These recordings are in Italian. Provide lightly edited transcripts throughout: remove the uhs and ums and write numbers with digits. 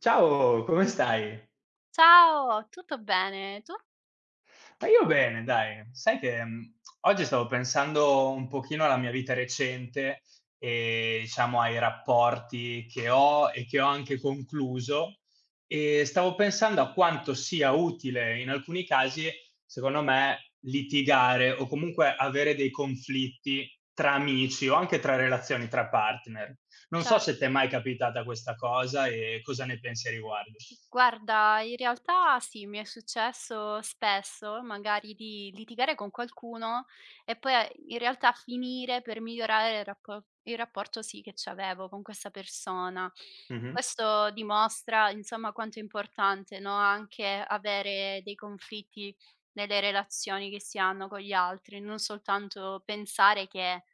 Ciao, come stai? Ciao, tutto bene? Tu? Ma io bene, dai. Sai che, oggi stavo pensando un pochino alla mia vita recente e diciamo ai rapporti che ho e che ho anche concluso, e stavo pensando a quanto sia utile in alcuni casi, secondo me, litigare o comunque avere dei conflitti tra amici o anche tra relazioni tra partner. Non so Certo. se t'è mai capitata questa cosa e cosa ne pensi a riguardo. Guarda, in realtà sì, mi è successo spesso magari di litigare con qualcuno e poi a in realtà finire per migliorare il rapporto sì, che c'avevo con questa persona. Mh-mh, Questo dimostra, insomma, quanto è importante, no, anche avere dei conflitti nelle relazioni che si hanno con gli altri, non soltanto pensare che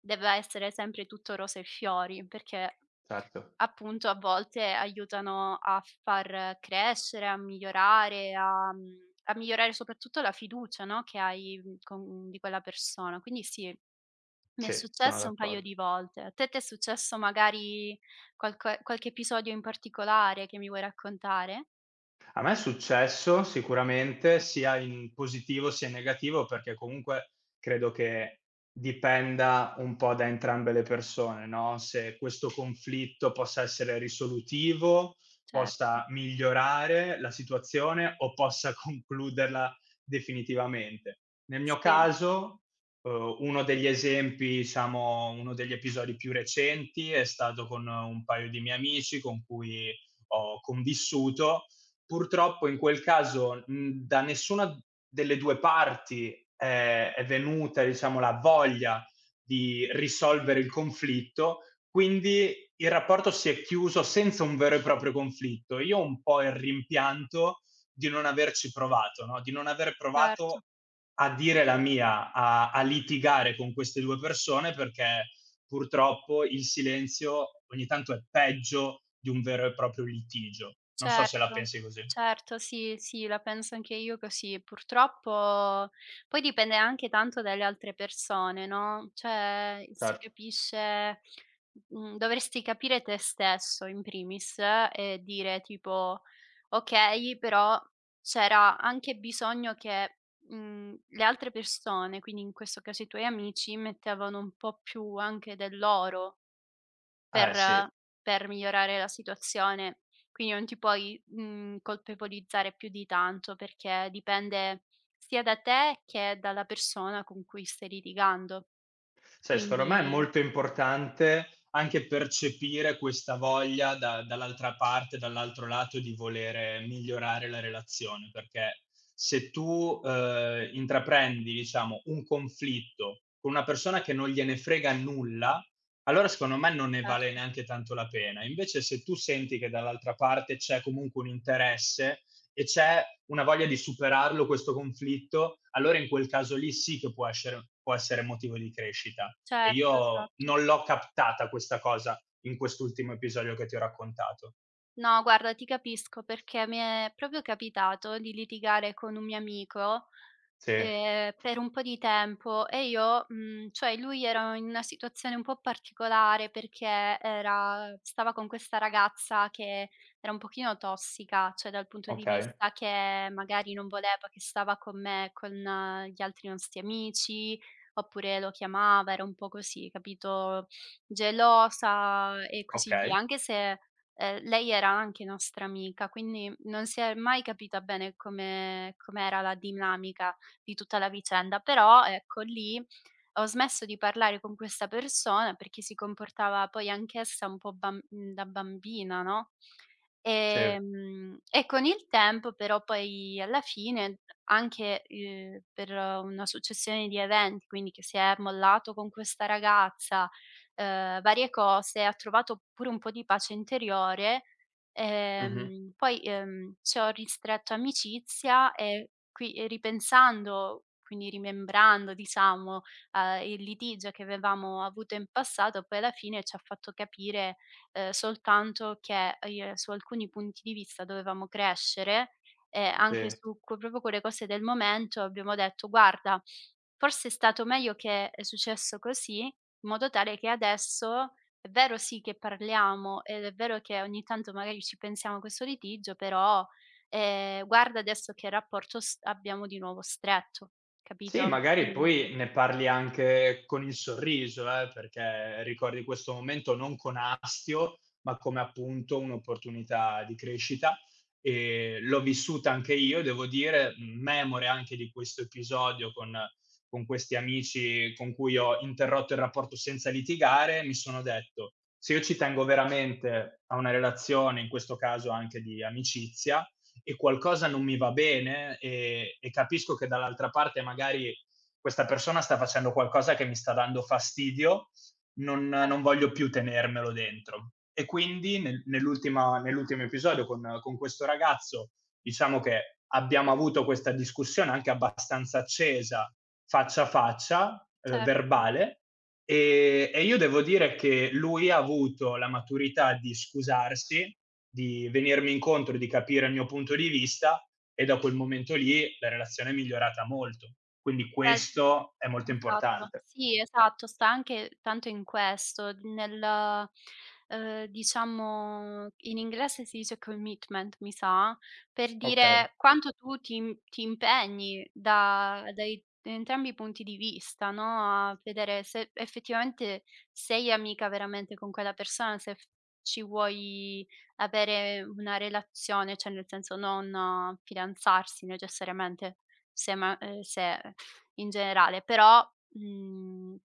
debba essere sempre tutto rose e fiori, perché certo. Appunto, a volte aiutano a far crescere, a migliorare, a migliorare soprattutto la fiducia, no, che hai, con di quella persona. Quindi sì, mi è Sì, sono successo un paio d'accordo. di volte. A te t'è successo magari qualco qualche episodio in particolare che mi vuoi raccontare? A me è successo sicuramente, sia in positivo sia in negativo, perché comunque credo che dipenda un po' da entrambe le persone, no, se questo conflitto possa essere risolutivo, Certo, possa migliorare la situazione o possa concluderla definitivamente. Nel mio sì, caso, uno degli esempi, diciamo uno degli episodi più recenti è stato con un paio di miei amici con cui ho convissuto. Purtroppo in quel caso da nessuna delle due parti è venuta diciamo, la voglia di risolvere il conflitto, quindi il rapporto si è chiuso senza un vero e proprio conflitto. Io ho un po' il rimpianto di non averci provato, no? Di non aver provato certo. a dire la mia, a litigare con queste due persone perché purtroppo il silenzio ogni tanto è peggio di un vero e proprio litigio. Non so se la Certo, pensi così. certo, sì, sì, la penso anche io così. Purtroppo poi dipende anche tanto dalle altre persone, no, cioè si Certo. capisce dovresti capire te stesso in primis e dire tipo: "Okay, però c'era anche bisogno che, le altre persone, quindi in questo caso i tuoi amici, mettevano un po' più anche del loro." Sì. Per per migliorare la situazione. Quindi non ti puoi, colpevolizzare più di tanto, perché dipende sia da te che dalla persona con cui stai litigando. Sai, secondo me è Quindi molto importante anche percepire questa voglia da dall'altra parte, dall'altro lato di volere migliorare la relazione, perché se tu, intraprendi, diciamo, un conflitto con una persona che non gliene frega nulla, allora secondo me non ne vale certo, neanche tanto la pena. Invece se tu senti che dall'altra parte c'è comunque un interesse, e c'è una voglia di superarlo questo conflitto, allora in quel caso lì sì che può essere motivo di crescita. E certo, io esatto. non l'ho captata questa cosa in quest'ultimo episodio che ti ho raccontato. No, guarda, ti capisco perché mi è proprio capitato di litigare con un mio amico, Sì, per un po' di tempo e io, cioè lui era in una situazione un po' particolare perché era stava con questa ragazza che era un pochino tossica, cioè dal punto ok. di vista che magari non voleva che stava con me, con gli altri nostri amici, oppure lo chiamava, era un po' così, capito, gelosa e così via, Ok? anche se lei era anche nostra amica, quindi non si è mai capita bene come com'era la dinamica di tutta la vicenda, però ecco lì ho smesso di parlare con questa persona perché si comportava poi anch'essa un po' da bambina, no, Sì. E con il tempo però poi alla fine anche, per una successione di eventi, quindi che si è mollato con questa ragazza, varie cose, ha trovato pure un po' di pace interiore. Mhm. Poi ci ho ristretto amicizia e qui e ripensando, quindi rimembrando diciamo, il litigio che avevamo avuto in passato, poi alla fine ci ha fatto capire, soltanto che, su alcuni punti di vista dovevamo crescere e anche Sì. su que proprio quelle cose del momento abbiamo detto: "Guarda, forse è stato meglio che è successo così", in modo tale che adesso è vero sì che parliamo ed è vero che ogni tanto magari ci pensiamo a questo litigio, però, guarda adesso che rapporto s abbiamo di nuovo stretto, Sì, capito? magari Quindi poi ne parli anche con il sorriso, perché ricordi questo momento non con astio, ma come appunto un'opportunità di crescita. L'ho vissuta anche io, devo dire, memore anche di questo episodio con questi amici con cui ho interrotto il rapporto senza litigare, mi sono detto: "Se io ci tengo veramente a una relazione, in questo caso anche di amicizia, e qualcosa non mi va bene e capisco che dall'altra parte magari questa persona sta facendo qualcosa che mi sta dando fastidio, non, eh, non voglio più tenermelo dentro. E quindi nel, nell'ultima, nell'ultimo episodio con questo ragazzo diciamo che abbiamo avuto questa discussione anche abbastanza accesa, faccia a faccia, certo. verbale, e io devo dire che lui ha avuto la maturità di scusarsi, di venirmi incontro, di capire il mio punto di vista e da quel momento lì la relazione è migliorata molto. Quindi Vedi. questo è molto Esatto, importante." sì, esatto, sta anche tanto in questo, nel, diciamo in inglese si dice commitment mi sa, per Ok, dire quanto tu ti impegni da dai entrambi i punti di vista, no, a vedere se effettivamente sei amica veramente con quella persona, se f ci vuoi avere una relazione, cioè nel senso non fidanzarsi necessariamente se in generale, però, mhmm,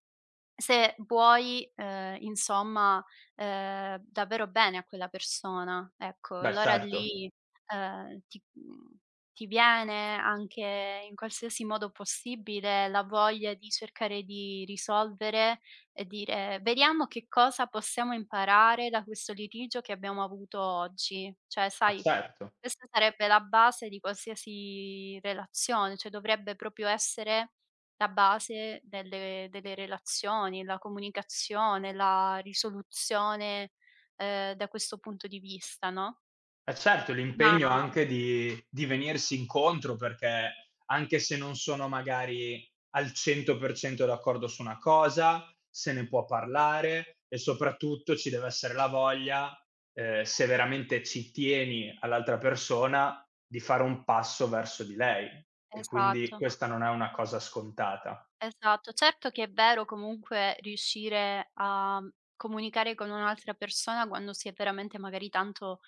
se vuoi, insomma, davvero bene a quella persona, ecco, beh allora certo, lì, ehm, ti mhmm, ti viene anche in qualsiasi modo possibile la voglia di cercare di risolvere e dire: "Vediamo che cosa possiamo imparare da questo litigio che abbiamo avuto oggi". Cioè ma sai, certo. questa sarebbe la base di qualsiasi relazione, cioè dovrebbe proprio essere la base delle relazioni, la comunicazione, la risoluzione, da questo punto di vista, no, Eh certo, ma l'impegno anche di venirsi incontro, perché anche se non sono magari al 100% d'accordo su una cosa, se ne può parlare e soprattutto ci deve essere la voglia, se veramente ci tieni all'altra persona, di fare un passo verso di lei. E quindi esatto, questa non è una cosa scontata. esatto. Certo che è vero comunque riuscire a comunicare con un'altra persona quando si è veramente magari tanto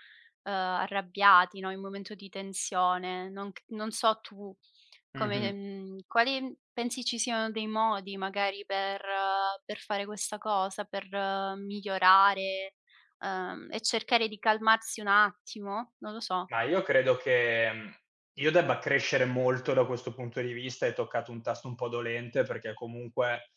arrabbiati, no, in un momento di tensione. Non so tu come Mh-mh. Quali pensi ci siano dei modi magari per fare questa cosa, per migliorare, e cercare di calmarsi un attimo? Non lo so. Ma io credo che, io debba crescere molto da questo punto di vista. Hai toccato un tasto un po' dolente, perché comunque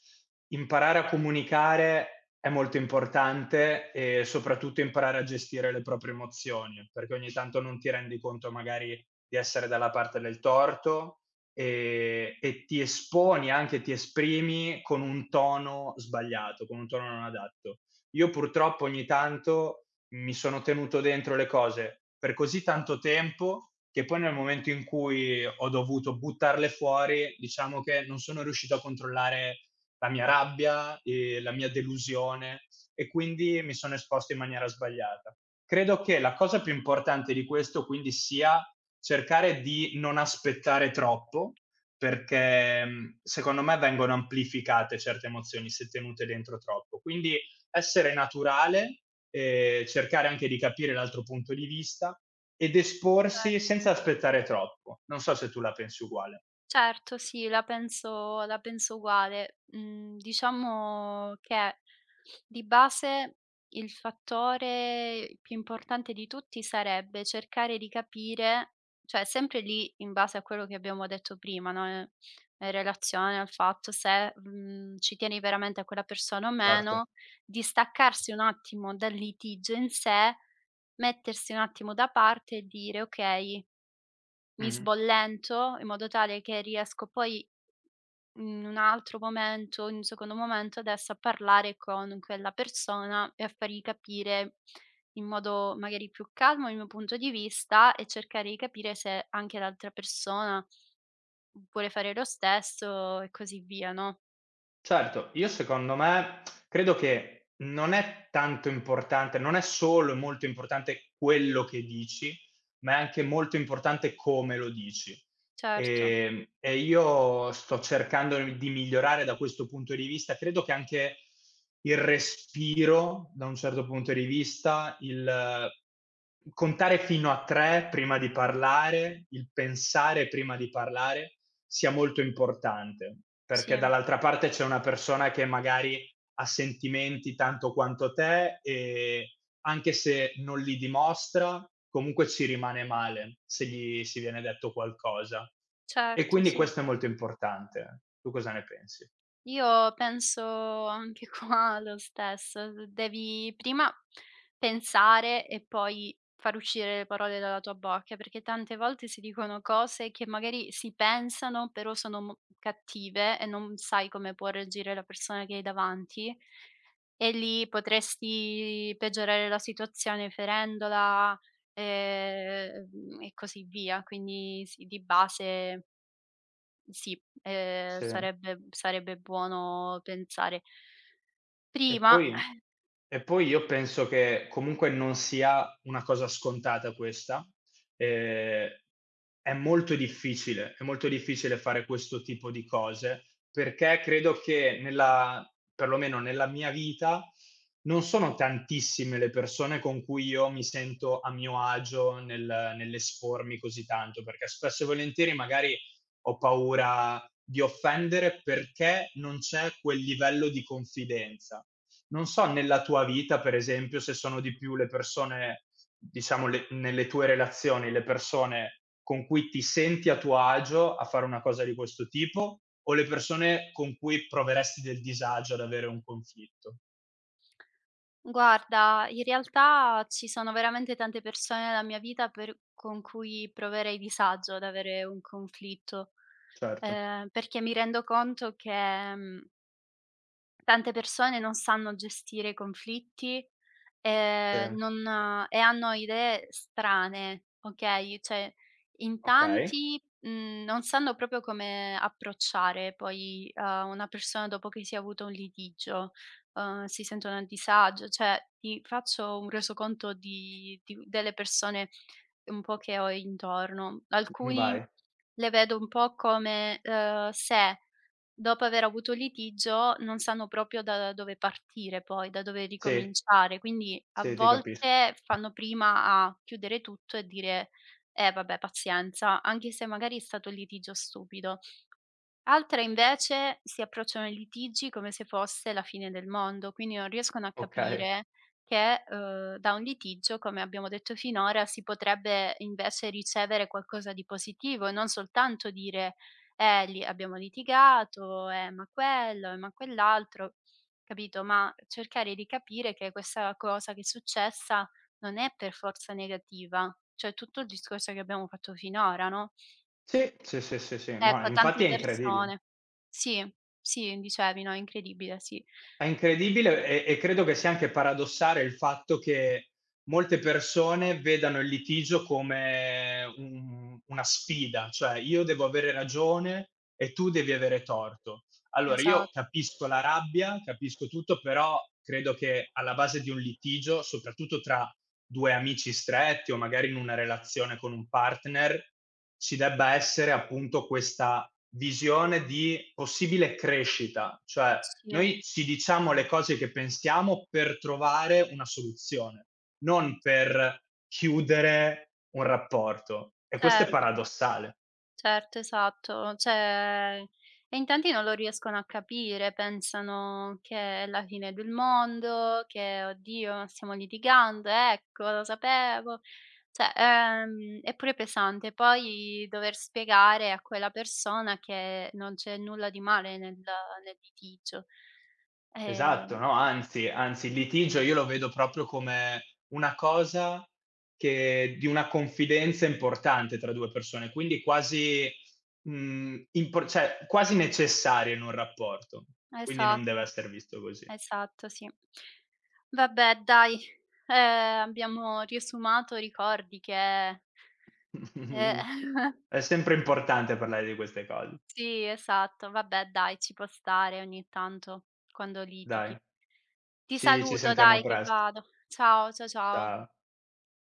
imparare a comunicare è molto importante e soprattutto imparare a gestire le proprie emozioni, perché ogni tanto non ti rendi conto magari di essere dalla parte del torto, e ti esponi, anche ti esprimi con un tono sbagliato, con un tono non adatto. Io purtroppo ogni tanto mi sono tenuto dentro le cose per così tanto tempo che poi nel momento in cui ho dovuto buttarle fuori, diciamo che non sono riuscito a controllare la mia rabbia, la mia delusione e quindi mi sono esposto in maniera sbagliata. Credo che la cosa più importante di questo quindi sia cercare di non aspettare troppo, perché secondo me vengono amplificate certe emozioni se tenute dentro troppo. Quindi essere naturale, cercare anche di capire l'altro punto di vista ed esporsi senza aspettare troppo. Non so se tu la pensi uguale. Certo, sì, la penso uguale. Mhmm, diciamo che di base il fattore più importante di tutti sarebbe cercare di capire, cioè sempre lì in base a quello che abbiamo detto prima, no, in relazione al fatto se, ci tieni veramente a quella persona o Certo. meno, distaccarsi un attimo dal litigio in sé, mettersi un attimo da parte e dire: "Okay, mi Mhm. sbollento in modo tale che riesco poi in un altro momento, in un secondo momento adesso a parlare con quella persona e a fargli capire in modo magari più calmo il mio punto di vista e cercare di capire se anche l'altra persona vuole fare lo stesso e così via, no". Certo, io secondo me credo che non è tanto importante, non è solo molto importante quello che dici, ma è anche molto importante come lo dici. Certo, E io sto cercando di migliorare da questo punto di vista. Credo che anche il respiro, da un certo punto di vista, il contare fino a 3 prima di parlare, il pensare prima di parlare, sia molto importante, perché sì, dall'altra parte c'è una persona che magari ha sentimenti tanto quanto te e anche se non li dimostra, comunque ci rimane male se gli si viene detto qualcosa. E certo, quindi sì. questo è molto importante. Tu cosa ne pensi? Io penso anche qua lo stesso, d devi prima pensare e poi far uscire le parole dalla tua bocca, perché tante volte si dicono cose che magari si pensano, però sono mo cattive e non sai come può reagire la persona che hai davanti e lì potresti peggiorare la situazione ferendola, e così via. Quindi sì, di base sì, ehm, Se sarebbe sarebbe buono pensare. e Prima, poi e poi io penso che comunque non sia una cosa scontata questa. Ehm, è molto difficile fare questo tipo di cose, perché credo che nella perlomeno nella mia vita, non sono tantissime le persone con cui io mi sento a mio agio nel nell'espormi così tanto, perché spesso e volentieri magari ho paura di offendere perché non c'è quel livello di confidenza. Non so nella tua vita, per esempio, se sono di più le persone diciamo le nelle tue relazioni, le persone con cui ti senti a tuo agio a fare una cosa di questo tipo, o le persone con cui proveresti del disagio ad avere un conflitto. guarda, in realtà ci sono veramente tante persone nella mia vita per con cui proverei disagio ad avere un conflitto, Certo, perché mi rendo conto che, mhmm. Tante persone non sanno gestire i conflitti, sì, non e hanno idee strane, okay, cioè in okay, tanti, non sanno proprio come approcciare poi, una persona dopo che si è avuto un litigio, si sentono a disagio. Cioè ti faccio un resoconto di delle persone un po' che ho intorno. Alcuni vai. le vedo un po' come, se dopo aver avuto il litigio non sanno proprio da dove partire poi, da dove Sì, ricominciare, quindi a sì, ti capisco. volte fanno prima a chiudere tutto e dire: "Eh vabbè pazienza", anche se magari è stato un litigio stupido. Altre invece si approcciano ai litigi come se fosse la fine del mondo, quindi non riescono a Okay. capire che, da un litigio, come abbiamo detto finora, si potrebbe invece ricevere qualcosa di positivo e non soltanto dire: lì abbiamo litigato, ma quello, ma quell'altro", capito, ma cercare di capire che questa cosa che è successa non è per forza negativa, cioè tutto il discorso che abbiamo fatto finora, no? Sì, sì, sì, sì, sì, ma Ecco, infatti tante è incredibile. persone. Sì, sì, dicevi, no, incredibile, sì. È incredibile e credo che sia anche paradossale il fatto che molte persone vedano il litigio come un una sfida, cioè: "Io devo avere ragione e tu devi avere torto." Allora io Esatto, capisco la rabbia, capisco tutto, però credo che alla base di un litigio, soprattutto tra 2 amici stretti o magari in una relazione con un partner, ci debba essere appunto questa visione di possibile crescita, cioè sì. noi ci diciamo le cose che pensiamo per trovare una soluzione, non per chiudere un rapporto. E questo è Certo, paradossale. certo, esatto. Cioè e in tanti non lo riescono a capire, pensano che è la fine del mondo, che: "Oddio, ma stiamo litigando, ecco, lo sapevo." Cioè, è pure pesante poi dover spiegare a quella persona che non c'è nulla di male nel litigio. Esatto, Ehm. no? Anzi, anzi, il litigio io lo vedo proprio come una cosa che, di una confidenza importante tra due persone, quindi quasi, impor- cioè, quasi necessaria in un rapporto. Quindi non deve Esatto, essere visto così. esatto, sì. Vabbè dai, abbiamo riesumato ricordi che eh, È sempre importante parlare di queste cose. sì, esatto, vabbè dai, ci può stare ogni tanto quando Dai. litighi. Ti Ci ci saluto sentiamo dai che presto. vado. Ciao, ciao. Ciao.